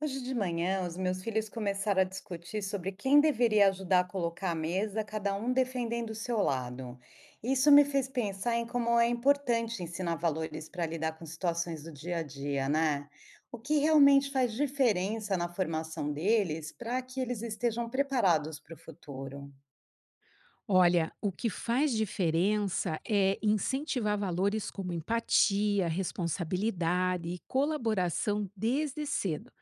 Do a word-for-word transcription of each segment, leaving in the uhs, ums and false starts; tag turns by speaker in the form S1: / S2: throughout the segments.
S1: Hoje de manhã, os meus filhos começaram a discutir sobre quem deveria ajudar a colocar a mesa, cada um defendendo o seu lado. Isso me fez pensar em como é importante ensinar valores para lidar com situações do dia a dia, né? O que realmente faz diferença na formação deles para que eles estejam preparados para o futuro,
S2: Olha, o que faz diferença é incentivar valores como empatia, responsabilidade e colaboração desde cedo.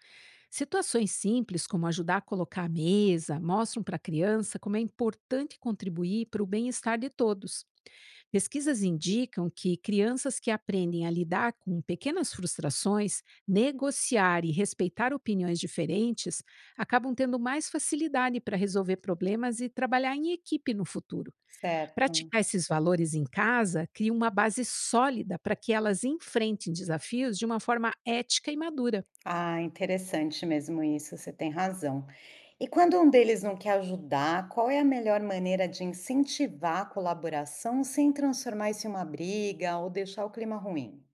S2: Situações simples, como ajudar a colocar a mesa, mostram para a criança como é importante contribuir para o bem-estar de todos. Pesquisas indicam que crianças que aprendem a lidar com pequenas frustrações, negociar e respeitar opiniões diferentes, acabam tendo mais facilidade para resolver problemas e trabalhar em equipe no futuro.
S1: certo?
S2: Praticar esses valores em casa cria uma base sólida para que elas enfrentem desafios de uma forma ética e madura.
S1: Ah, interessante mesmo isso, você tem razão. E quando um deles não quer ajudar, qual é a melhor maneira de incentivar a colaboração sem transformar isso em uma briga ou deixar o clima ruim?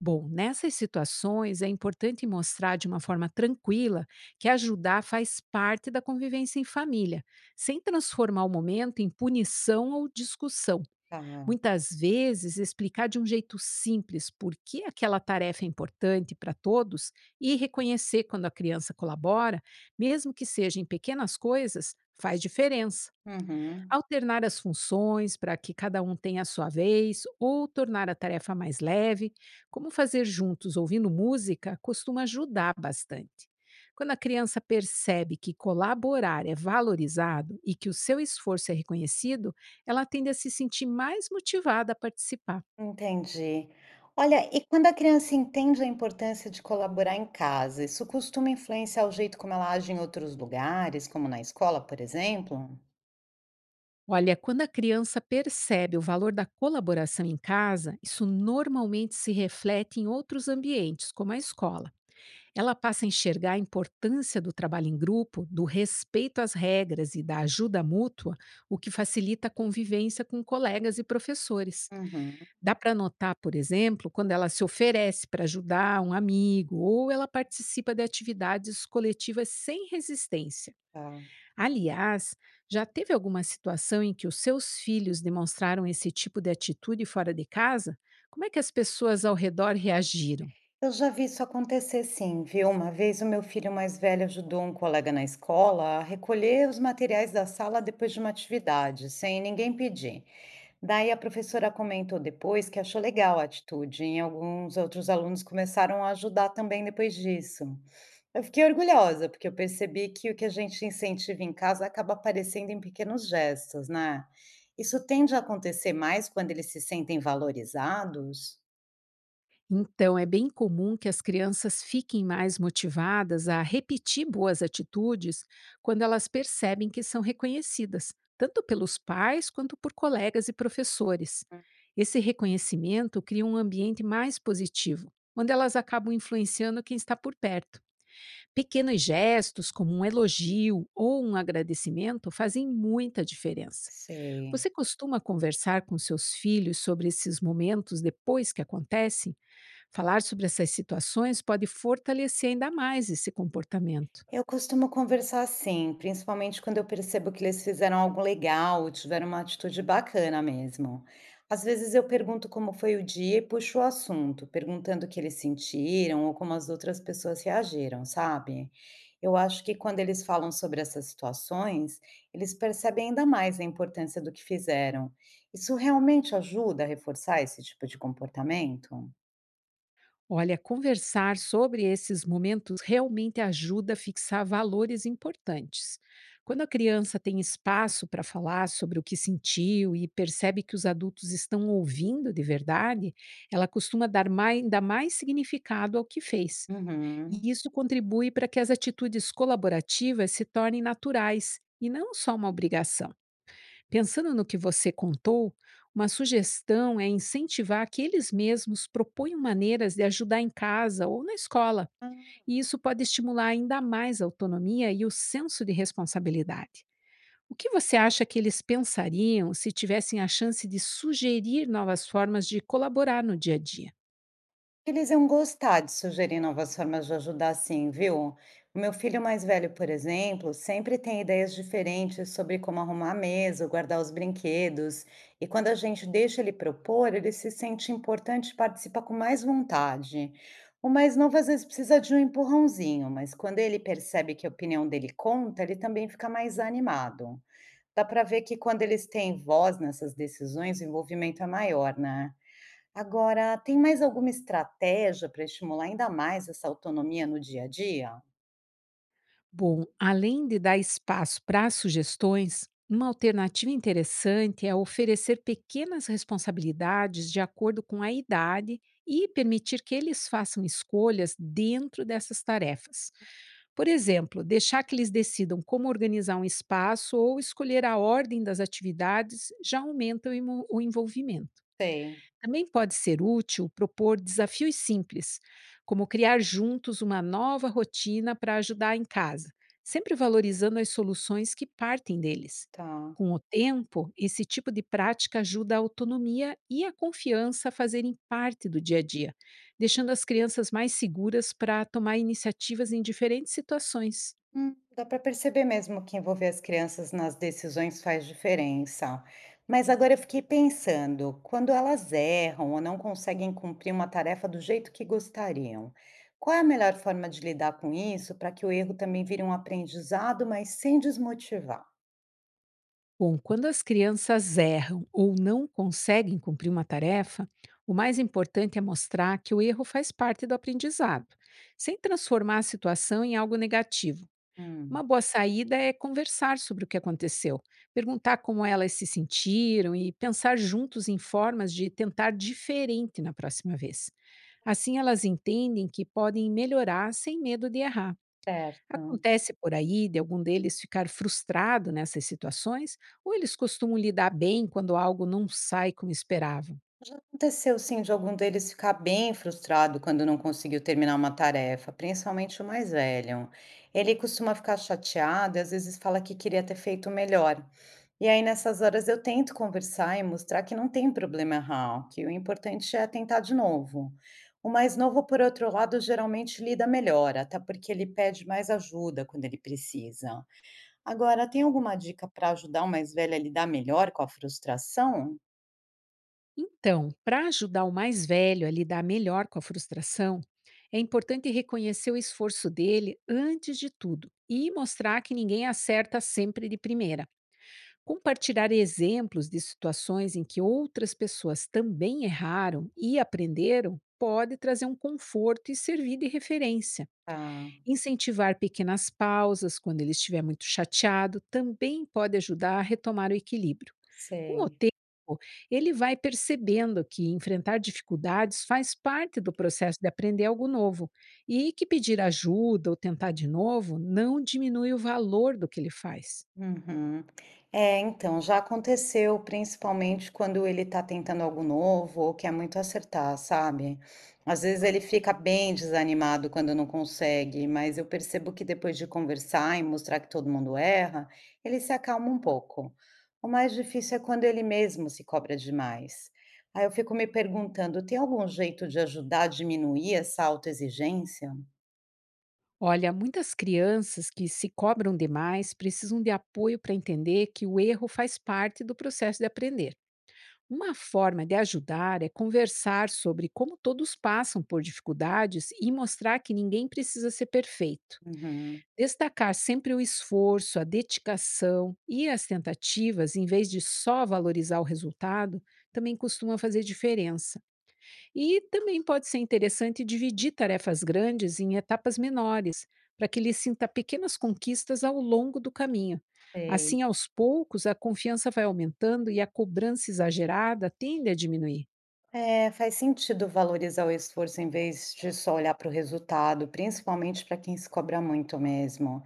S2: Bom, nessas situações é importante mostrar de uma forma tranquila que ajudar faz parte da convivência em família, sem transformar o momento em punição ou discussão.
S1: Tá.
S2: Muitas vezes, explicar de um jeito simples por que aquela tarefa é importante para todos e reconhecer quando a criança colabora, mesmo que seja em pequenas coisas, faz diferença.
S1: Uhum,
S2: Alternar as funções para que cada um tenha a sua vez ou tornar a tarefa mais leve, como fazer juntos ouvindo música, costuma ajudar bastante. Quando a criança percebe que colaborar é valorizado e que o seu esforço é reconhecido, ela tende a se sentir mais motivada a participar.
S1: entendi. Olha, e quando a criança entende a importância de colaborar em casa, isso costuma influenciar o jeito como ela age em outros lugares, como na escola, por exemplo?
S2: Olha, quando a criança percebe o valor da colaboração em casa, isso normalmente se reflete em outros ambientes, como a escola. Ela passa a enxergar a importância do trabalho em grupo, do respeito às regras e da ajuda mútua, o que facilita a convivência com colegas e professores.
S1: Uhum,
S2: Dá para notar, por exemplo, quando ela se oferece para ajudar um amigo ou ela participa de atividades coletivas sem resistência.
S1: tá.
S2: Aliás, já teve alguma situação em que os seus filhos demonstraram esse tipo de atitude fora de casa? Como é que as pessoas ao redor reagiram?
S1: Eu já vi isso acontecer sim, viu? Uma vez o meu filho mais velho ajudou um colega na escola a recolher os materiais da sala depois de uma atividade, sem ninguém pedir. Daí a professora comentou depois que achou legal a atitude, e alguns outros alunos começaram a ajudar também depois disso. Eu fiquei orgulhosa, porque eu percebi que o que a gente incentiva em casa acaba aparecendo em pequenos gestos, né? Isso tende a acontecer mais quando eles se sentem valorizados?
S2: Então, é bem comum que as crianças fiquem mais motivadas a repetir boas atitudes quando elas percebem que são reconhecidas, tanto pelos pais quanto por colegas e professores. Esse reconhecimento cria um ambiente mais positivo, onde elas acabam influenciando quem está por perto. Pequenos gestos, como um elogio ou um agradecimento, fazem muita diferença.
S1: Sei.
S2: Você costuma conversar com seus filhos sobre esses momentos depois que acontecem? Falar sobre essas situações pode fortalecer ainda mais esse comportamento.
S1: Eu costumo conversar assim, principalmente quando eu percebo que eles fizeram algo legal, tiveram uma atitude bacana mesmo. Às vezes eu pergunto como foi o dia e puxo o assunto, perguntando o que eles sentiram ou como as outras pessoas reagiram, sabe? Eu acho que quando eles falam sobre essas situações, eles percebem ainda mais a importância do que fizeram. Isso realmente ajuda a reforçar esse tipo de comportamento?
S2: Olha, conversar sobre esses momentos realmente ajuda a fixar valores importantes. Quando a criança tem espaço para falar sobre o que sentiu e percebe que os adultos estão ouvindo de verdade, ela costuma dar mai- ainda mais significado ao que fez.
S1: Uhum.
S2: E isso contribui para que as atitudes colaborativas se tornem naturais e não só uma obrigação. Pensando no que você contou, uma sugestão é incentivar que eles mesmos proponham maneiras de ajudar em casa ou na escola, e isso pode estimular ainda mais a autonomia e o senso de responsabilidade. O que você acha que eles pensariam se tivessem a chance de sugerir novas formas de colaborar no dia a dia?
S1: Eles iam gostar de sugerir novas formas de ajudar sim, viu? O meu filho mais velho, por exemplo, sempre tem ideias diferentes sobre como arrumar a mesa, guardar os brinquedos. E quando a gente deixa ele propor, ele se sente importante e participa com mais vontade. O mais novo às vezes precisa de um empurrãozinho, mas quando ele percebe que a opinião dele conta, ele também fica mais animado. Dá para ver que quando eles têm voz nessas decisões, o envolvimento é maior, né? Agora, tem mais alguma estratégia para estimular ainda mais essa autonomia no dia a dia?
S2: Bom, além de dar espaço para sugestões, uma alternativa interessante é oferecer pequenas responsabilidades de acordo com a idade e permitir que eles façam escolhas dentro dessas tarefas. Por exemplo, deixar que eles decidam como organizar um espaço ou escolher a ordem das atividades já aumenta o imo- o envolvimento.
S1: Sei,
S2: Também pode ser útil propor desafios simples, como criar juntos uma nova rotina para ajudar em casa, sempre valorizando as soluções que partem deles.
S1: tá.
S2: Com o tempo, esse tipo de prática ajuda a autonomia e a confiança a fazerem parte do dia a dia, deixando as crianças mais seguras para tomar iniciativas em diferentes situações.
S1: Hum, dá para perceber mesmo que envolver as crianças nas decisões faz diferença. Mas agora eu fiquei pensando, quando elas erram ou não conseguem cumprir uma tarefa do jeito que gostariam, qual é a melhor forma de lidar com isso para que o erro também vire um aprendizado, mas sem desmotivar?
S2: Bom, quando as crianças erram ou não conseguem cumprir uma tarefa, o mais importante é mostrar que o erro faz parte do aprendizado, sem transformar a situação em algo negativo. Uma
S1: Hum,
S2: boa saída é conversar sobre o que aconteceu, perguntar como elas se sentiram e pensar juntos em formas de tentar diferente na próxima vez. Assim, elas entendem que podem melhorar sem medo de errar.
S1: Certo.
S2: Acontece por aí de algum deles ficar frustrado nessas situações ou eles costumam lidar bem quando algo não sai como esperavam?
S1: Aconteceu sim de algum deles ficar bem frustrado quando não conseguiu terminar uma tarefa, principalmente o mais velho. Ele costuma ficar chateado e às vezes fala que queria ter feito melhor. E aí, nessas horas, eu tento conversar e mostrar que não tem problema errar, que o importante é tentar de novo. O mais novo, por outro lado, geralmente lida melhor, até porque ele pede mais ajuda quando ele precisa. Agora, tem alguma dica para ajudar o mais velho a lidar melhor com a frustração?
S2: Então, para ajudar o mais velho a lidar melhor com a frustração, é importante reconhecer o esforço dele antes de tudo e mostrar que ninguém acerta sempre de primeira. Compartilhar exemplos de situações em que outras pessoas também erraram e aprenderam pode trazer um conforto e servir de referência.
S1: Ah,
S2: Incentivar pequenas pausas quando ele estiver muito chateado também pode ajudar a retomar o equilíbrio. Com o
S1: sei.
S2: tempo, ele vai percebendo que enfrentar dificuldades faz parte do processo de aprender algo novo e que pedir ajuda ou tentar de novo não diminui o valor do que ele faz.
S1: Uhum. É, então, já aconteceu, principalmente quando ele tá tentando algo novo ou quer muito acertar, sabe? Às vezes ele fica bem desanimado quando não consegue, mas eu percebo que depois de conversar e mostrar que todo mundo erra, ele se acalma um pouco. O mais difícil é quando ele mesmo se cobra demais. Aí eu fico me perguntando, tem algum jeito de ajudar a diminuir essa autoexigência?
S2: Olha, muitas crianças que se cobram demais precisam de apoio para entender que o erro faz parte do processo de aprender. Uma forma de ajudar é conversar sobre como todos passam por dificuldades e mostrar que ninguém precisa ser perfeito.
S1: Uhum.
S2: Destacar sempre o esforço, a dedicação e as tentativas, em vez de só valorizar o resultado, também costuma fazer diferença. E também pode ser interessante dividir tarefas grandes em etapas menores, para que ele sinta pequenas conquistas ao longo do caminho.
S1: Sei.
S2: Assim, aos poucos, a confiança vai aumentando e a cobrança exagerada tende a diminuir.
S1: É, faz sentido valorizar o esforço em vez de só olhar para o resultado, principalmente para quem se cobra muito mesmo.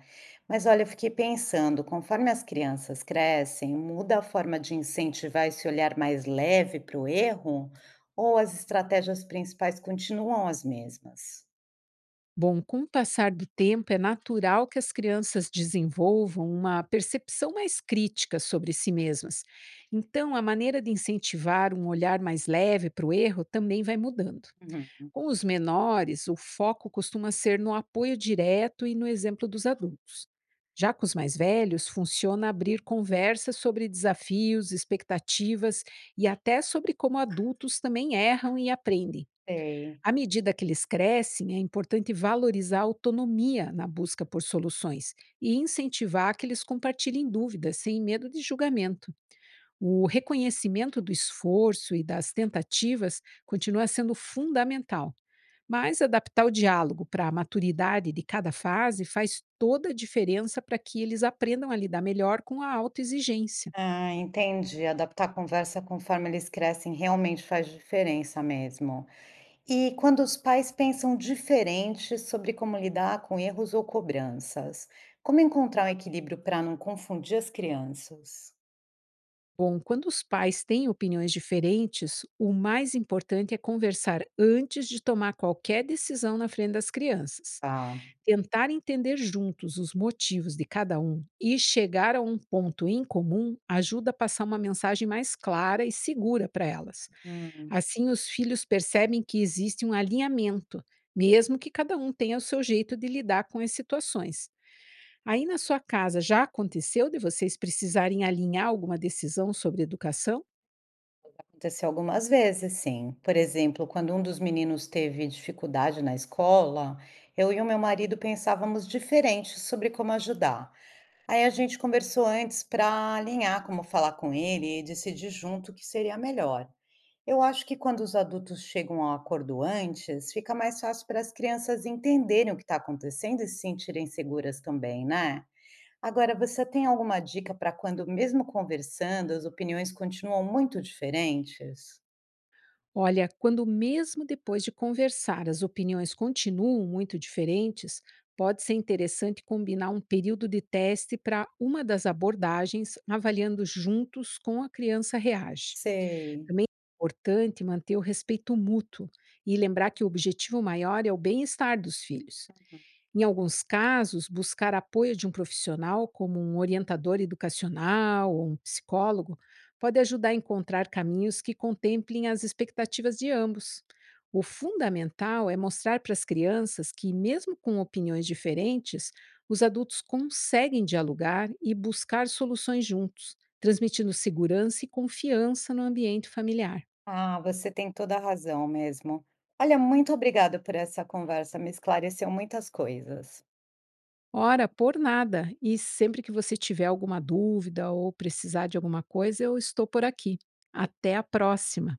S1: Mas olha, eu fiquei pensando, conforme as crianças crescem, muda a forma de incentivar esse olhar mais leve para o erro, ou as estratégias principais continuam as mesmas?
S2: Bom, com o passar do tempo, é natural que as crianças desenvolvam uma percepção mais crítica sobre si mesmas. Então, a maneira de incentivar um olhar mais leve para o erro também vai mudando.
S1: Uhum.
S2: Com os menores, o foco costuma ser no apoio direto e no exemplo dos adultos. Já com os mais velhos, funciona abrir conversas sobre desafios, expectativas e até sobre como adultos também erram e aprendem.
S1: Sei.
S2: À medida que eles crescem, é importante valorizar a autonomia na busca por soluções e incentivar que eles compartilhem dúvidas sem medo de julgamento. O reconhecimento do esforço e das tentativas continua sendo fundamental, mas adaptar o diálogo para a maturidade de cada fase faz toda a diferença para que eles aprendam a lidar melhor com a autoexigência.
S1: Ah, entendi. Adaptar a conversa conforme eles crescem realmente faz diferença mesmo. E quando os pais pensam diferente sobre como lidar com erros ou cobranças, como encontrar um equilíbrio para não confundir as crianças?
S2: Bom, quando os pais têm opiniões diferentes, o mais importante é conversar antes de tomar qualquer decisão na frente das crianças.
S1: Ah,
S2: Tentar entender juntos os motivos de cada um e chegar a um ponto em comum ajuda a passar uma mensagem mais clara e segura para elas.
S1: hum,
S2: Assim, os filhos percebem que existe um alinhamento, mesmo que cada um tenha o seu jeito de lidar com as situações. Aí na sua casa já aconteceu de vocês precisarem alinhar alguma decisão sobre educação?
S1: aconteceu algumas vezes, sim. Por exemplo, quando um dos meninos teve dificuldade na escola, eu e o meu marido pensávamos diferente sobre como ajudar. Aí a gente conversou antes para alinhar como falar com ele e decidir junto o que seria melhor. Eu acho que quando os adultos chegam ao acordo antes, fica mais fácil para as crianças entenderem o que está acontecendo e se sentirem seguras também, né? Agora, você tem alguma dica para quando, mesmo conversando, as opiniões continuam muito diferentes?
S2: Olha, quando mesmo depois de conversar as opiniões continuam muito diferentes, pode ser interessante combinar um período de teste para uma das abordagens, avaliando juntos como a criança reage.
S1: Sei.
S2: Também é importante manter o respeito mútuo e lembrar que o objetivo maior é o bem-estar dos filhos. Em alguns casos, buscar apoio de um profissional, como um orientador educacional ou um psicólogo, pode ajudar a encontrar caminhos que contemplem as expectativas de ambos. O fundamental é mostrar para as crianças que, mesmo com opiniões diferentes, os adultos conseguem dialogar e buscar soluções juntos, transmitindo segurança e confiança no ambiente familiar.
S1: Ah, você tem toda a razão mesmo. Olha, muito obrigada por essa conversa, me esclareceu muitas coisas.
S2: Ora, por nada. E sempre que você tiver alguma dúvida ou precisar de alguma coisa, eu estou por aqui. Até a próxima.